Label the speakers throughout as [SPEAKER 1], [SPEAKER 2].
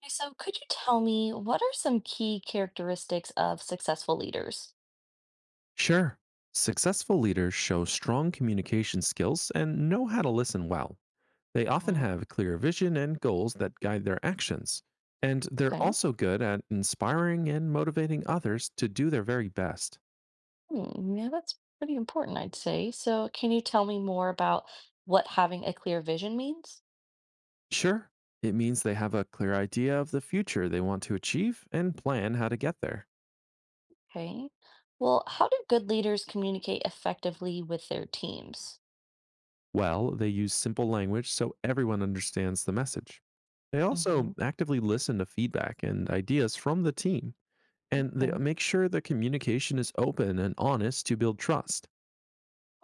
[SPEAKER 1] Okay. So, could you tell me what are some key characteristics of successful leaders?
[SPEAKER 2] Sure. Successful leaders show strong communication skills and know how to listen well. They often
[SPEAKER 1] Hmm.
[SPEAKER 2] have clear vision and goals that guide their actions. And they're
[SPEAKER 1] Okay.
[SPEAKER 2] also good at inspiring and motivating others to do their very best.
[SPEAKER 1] Hmm, yeah, that's pretty important, I'd say. So, can you tell me more about what having a clear vision means?
[SPEAKER 2] Sure, it means they have a clear idea of the future they want to achieve and plan how to get there.
[SPEAKER 1] Okay. Well, how do good leaders communicate effectively with their teams?
[SPEAKER 2] Well, they use simple language so everyone understands the message. They also
[SPEAKER 1] Hmm.
[SPEAKER 2] actively listen to feedback and ideas from the team, and they
[SPEAKER 1] Okay.
[SPEAKER 2] make sure the communication is open and honest to build trust.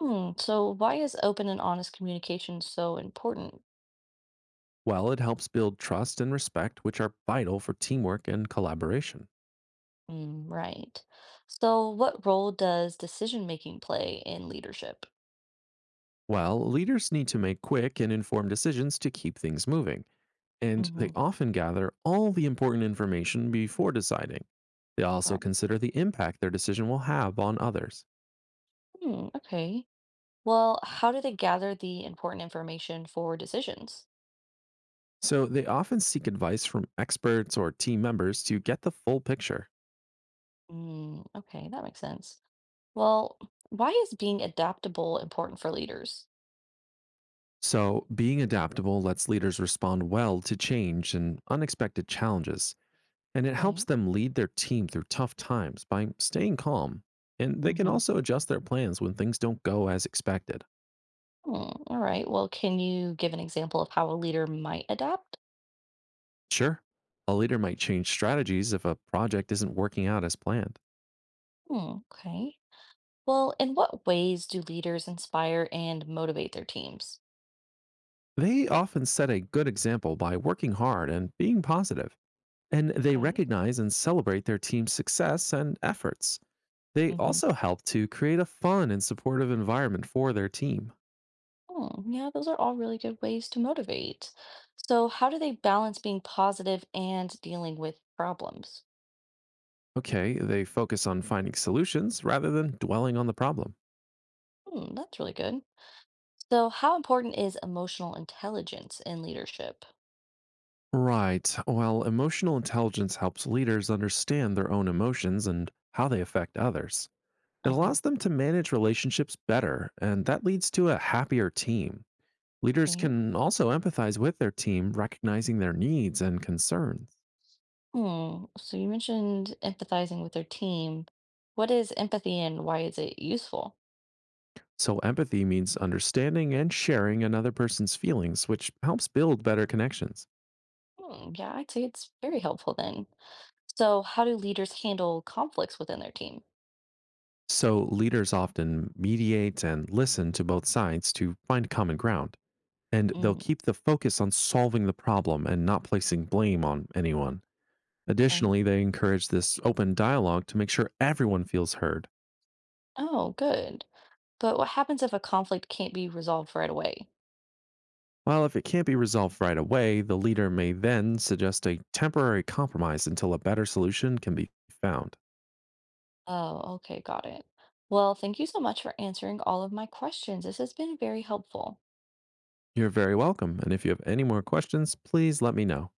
[SPEAKER 1] Hmm, so why is open and honest communication so important?
[SPEAKER 2] Well, it helps build trust and respect, which are vital for teamwork and collaboration.
[SPEAKER 1] Mm, right. So, what role does decision making play in leadership?
[SPEAKER 2] Well, leaders need to make quick and informed decisions to keep things moving, and they
[SPEAKER 1] Hmm.
[SPEAKER 2] often gather all the important information before deciding. They also
[SPEAKER 1] Right.
[SPEAKER 2] consider the impact their decision will have on others.
[SPEAKER 1] Hmm, okay. Well, how do they gather the important information for decisions?
[SPEAKER 2] So they often seek advice from experts or team members to get the full picture.
[SPEAKER 1] Mm, okay, that makes sense. Well, why is being adaptable important for leaders?
[SPEAKER 2] So, being adaptable lets leaders respond well to change and unexpected challenges, and it helps
[SPEAKER 1] Okay.
[SPEAKER 2] them lead their team through tough times by staying calm. And they can
[SPEAKER 1] Mm-hmm.
[SPEAKER 2] also adjust their plans when things don't go as expected.
[SPEAKER 1] Hmm, all right. Well, can you give an example of how a leader might adapt?
[SPEAKER 2] Sure, a leader might change strategies if a project isn't working out as planned.
[SPEAKER 1] Hmm, okay. Well, in what ways do leaders inspire and motivate their teams?
[SPEAKER 2] They often set a good example by working hard and being positive, and they
[SPEAKER 1] Okay.
[SPEAKER 2] recognize and celebrate their team's success and efforts. They
[SPEAKER 1] Mm-hmm.
[SPEAKER 2] also help to create a fun and supportive environment for their team.
[SPEAKER 1] Yeah, those are all really good ways to motivate. So, how do they balance being positive and dealing with problems?
[SPEAKER 2] Okay, they focus on finding solutions rather than dwelling on the problem.
[SPEAKER 1] Hmm, that's really good. So, how important is emotional intelligence in leadership?
[SPEAKER 2] Right. Well, emotional intelligence helps leaders understand their own emotions and how they affect others. It
[SPEAKER 1] Uh-huh.
[SPEAKER 2] allows them to manage relationships better, and that leads to a happier team. Leaders
[SPEAKER 1] Okay.
[SPEAKER 2] can also empathize with their team, recognizing their needs and concerns.
[SPEAKER 1] Hmm. So, you mentioned empathizing with their team. What is empathy and why is it useful?
[SPEAKER 2] So, empathy means understanding and sharing another person's feelings, which helps build better connections.
[SPEAKER 1] Hmm, yeah, I'd say it's very helpful then. So, how do leaders handle conflicts within their team?
[SPEAKER 2] So, leaders often mediate and listen to both sides to find common ground, and they'll
[SPEAKER 1] Mm,
[SPEAKER 2] keep the focus on solving the problem and not placing blame on anyone.
[SPEAKER 1] okay.
[SPEAKER 2] Additionally, they encourage this open dialogue to make sure everyone feels heard.
[SPEAKER 1] Oh, good. But what happens if a conflict can't be resolved right away?
[SPEAKER 2] While if it can't be resolved right away, the leader may then suggest a temporary compromise until a better solution can be found.
[SPEAKER 1] Oh, okay, got it. Well, thank you so much for answering all of my questions. This has been very helpful.
[SPEAKER 2] You're very welcome, and if you have any more questions, please let me know.